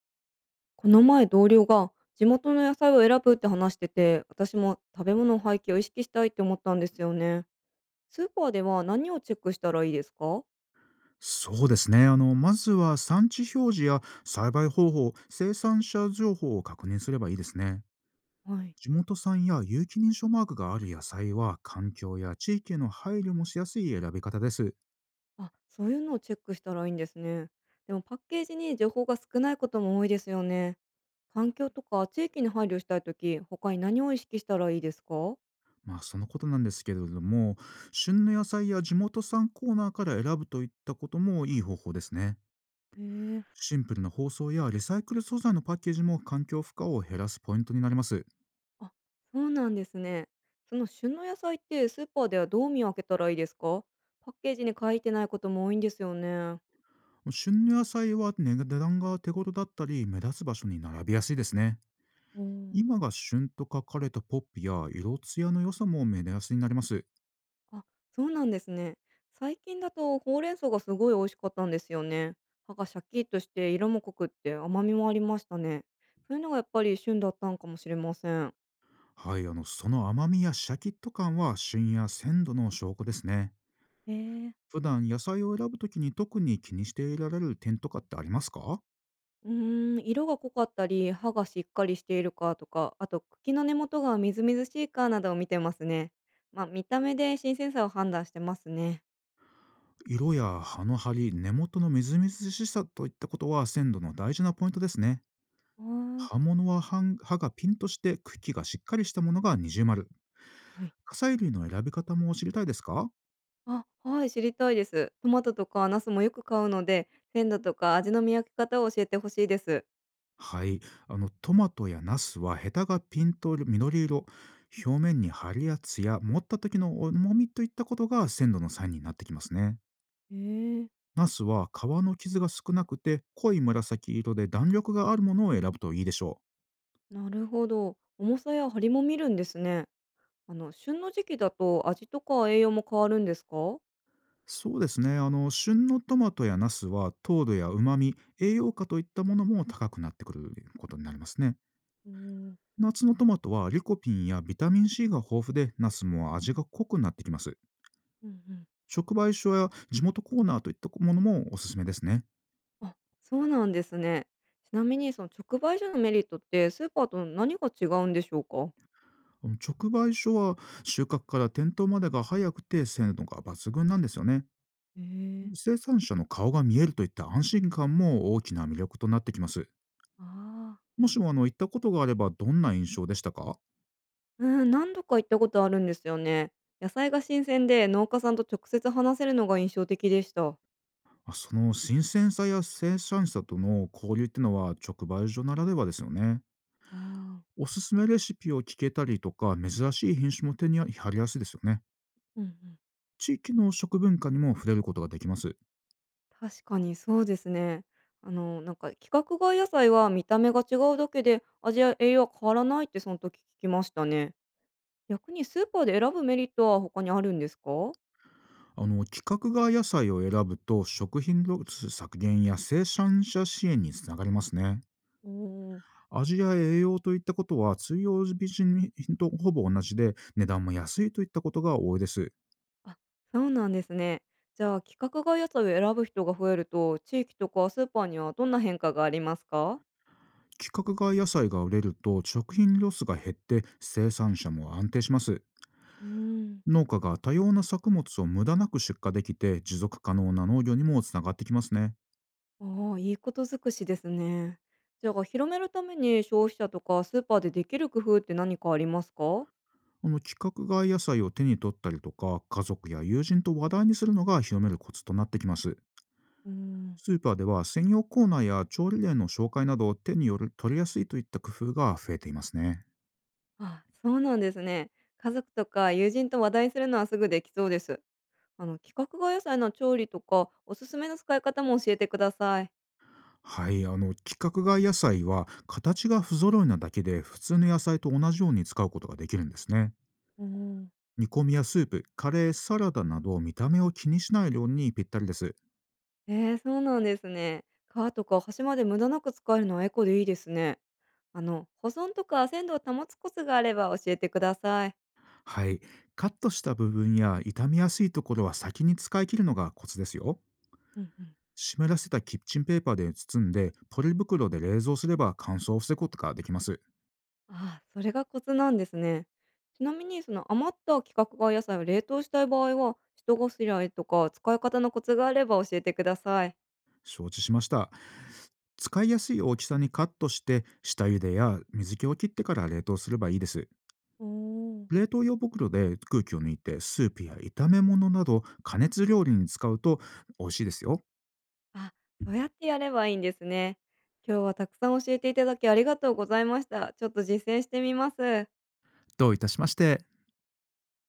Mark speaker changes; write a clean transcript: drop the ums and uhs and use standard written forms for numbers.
Speaker 1: この前同僚が地元の野菜を選ぶって話してて、私も食べ物の廃棄を意識したいって思ったんですよね。スーパーでは何をチェックしたらいいですか？
Speaker 2: そうですね。まずは産地表示や栽培方法、生産者情報を確認すればいいですね。
Speaker 1: はい。
Speaker 2: 地元産や有機認証マークがある野菜は、環境や地域への配慮もしやすい選び方です。
Speaker 1: あ、そういうのをチェックしたらいいんですね。でもパッケージに情報が少ないことも多いですよね。環境とか地域に配慮したいとき、他に何を意識したらいいですか？
Speaker 2: まあ、そのことなんですけれども、旬の野菜や地元産コーナーから選ぶといったこともいい方法ですね。
Speaker 1: へえ。
Speaker 2: シンプルな包装やリサイクル素材のパッケージも環境負荷を減らすポイントになります。
Speaker 1: あ、そうなんですね。その旬の野菜ってスーパーではどう見分けたらいいですか？パッケージに書いてないことも多いんですよね。
Speaker 2: 旬の野菜は値段が手頃だったり、目立つ場所に並びやすいですね。
Speaker 1: うん。
Speaker 2: 今が旬と書かれたポップや色艶の良さも目安になります。
Speaker 1: あ、そうなんですね。最近だとほうれん草がすごい美味しかったんですよね。葉がシャキッとして色も濃くって甘みもありましたね。そういうのがやっぱり旬だったんかもしれません。
Speaker 2: はい、その甘みやシャキッと感は旬や鮮度の証拠ですね。
Speaker 1: えー、
Speaker 2: 普段野菜を選ぶときに特に気にしていられる点とかってありますか？
Speaker 1: 色が濃かったり、歯がしっかりしているかとか、あと茎の根元がみずみずしいかなどを見てますね。まあ、見た目で新鮮さを判断してますね。
Speaker 2: 色や葉の張り、根元のみずみずしさといったことは鮮度の大事なポイントですね。
Speaker 1: は、
Speaker 2: 葉物は葉ん葉がピンとして茎がしっかりしたものが二重丸。
Speaker 1: はい。
Speaker 2: 火砕類の選び方も知りたいですか？
Speaker 1: あ、はい、知りたいです。トマトとかナスもよく買うので、鮮度とか味の見分け方を教えてほしいです。
Speaker 2: はい。トマトやナスはヘタがピンと緑色、表面に張りやつや持った時の重みといったことが鮮度のサインになってきますね。
Speaker 1: へえ、
Speaker 2: ナスは皮の傷が少なくて濃い紫色で弾力があるものを選ぶといいでしょう。
Speaker 1: なるほど。重さや張りも見るんですね。あの旬の時期だと味とか栄養も変わるんですか？
Speaker 2: そうですね。旬のトマトやナスは糖度や旨味、栄養価といったものも高くなってくることになりますね。
Speaker 1: おん、
Speaker 2: 夏のトマトはリコピンやビタミン C が豊富で、ナスも味が濃くなってきます。
Speaker 1: うんうん。
Speaker 2: 直売所や地元コーナーといったものもおすすめですね。
Speaker 1: あ、そうなんですね。ちなみにその直売所のメリットってスーパーと何が違うんでしょうか？
Speaker 2: あの直売所は、収穫から店頭までが早くて鮮度が抜群なんですよね。
Speaker 1: へえ、
Speaker 2: 生産者の顔が見えるといった安心感も大きな魅力となってきます。
Speaker 1: ああ、
Speaker 2: もしも行ったことがあればどんな印象でしたか？
Speaker 1: うん、何度か行ったことあるんですよね。野菜が新鮮で農家さんと直接話せるのが印象的でした。
Speaker 2: その新鮮さや生産者との交流っていうのは、直売所ならではですよね。
Speaker 1: ああ、
Speaker 2: おすすめレシピを聞けたりとか、珍しい品種も手に入りやすいですよね。
Speaker 1: うんうん。
Speaker 2: 地域の食文化にも触れることができます。
Speaker 1: 確かにそうですね。規格外野菜は見た目が違うだけで味や栄養は変わらないってその時聞きましたね。逆にスーパーで選ぶメリットは他にあるんですか？
Speaker 2: あの規格外野菜を選ぶと、食品ロス削減や生産者支援につながりますね。
Speaker 1: おー。
Speaker 2: 味や栄養といったことは通用品とほぼ同じで、値段も安いといったことが多いです。
Speaker 1: あ、そうなんですね。じゃあ規格外野菜を選ぶ人が増えると地域とかスーパーにはどんな変化がありますか？
Speaker 2: 規格外野菜が売れると食品ロスが減って、生産者も安定します。
Speaker 1: うーん。
Speaker 2: 農家が多様な作物を無駄なく出荷できて、持続可能な農業にもつながってきますね。
Speaker 1: ああ、いいこと尽くしですね。じゃあ広めるために消費者とかスーパーでできる工夫って何かありますか？
Speaker 2: あの規格外野菜を手に取ったりとか、家族や友人と話題にするのが広めるコツとなってきます。
Speaker 1: うーん。
Speaker 2: スーパーでは専用コーナーや調理例の紹介など、手による取りやすいといった工夫が増えていますね。
Speaker 1: あ、そうなんですね。家族とか友人と話題するのはすぐできそうです。規格外野菜の調理とか、おすすめの使い方も教えてください。
Speaker 2: はい、あの規格外野菜は形が不揃いなだけで、普通の野菜と同じように使うことができるんですね。
Speaker 1: うん、
Speaker 2: 煮込みやスープ、カレー、サラダなど、見た目を気にしない料理にぴったりです。
Speaker 1: えー、そうなんですね。皮とか端まで無駄なく使えるのはエコでいいですね。保存とか鮮度を保つコツがあれば教えてください。
Speaker 2: はい、カットした部分や傷みやすいところは先に使い切るのがコツですよ。
Speaker 1: うんうん。
Speaker 2: 湿らせたキッチンペーパーで包んでポリ袋で冷蔵すれば、乾燥を防ぐことができます。
Speaker 1: ああ、それがコツなんですね。ちなみに、その余った規格外野菜を冷凍したい場合は、下ごしらえとか使い方のコツがあれば教えてください。
Speaker 2: 承知しました。使いやすい大きさにカットして、下茹でや水気を切ってから冷凍すればいいです。
Speaker 1: うん。
Speaker 2: 冷凍用袋で空気を抜いて、スープや炒め物など加熱料理に使うと美味しいですよ。
Speaker 1: あ、そうやってやればいいんですね。今日はたくさん教えていただきありがとうございました。ちょっと実践してみます。
Speaker 2: どういたしまして。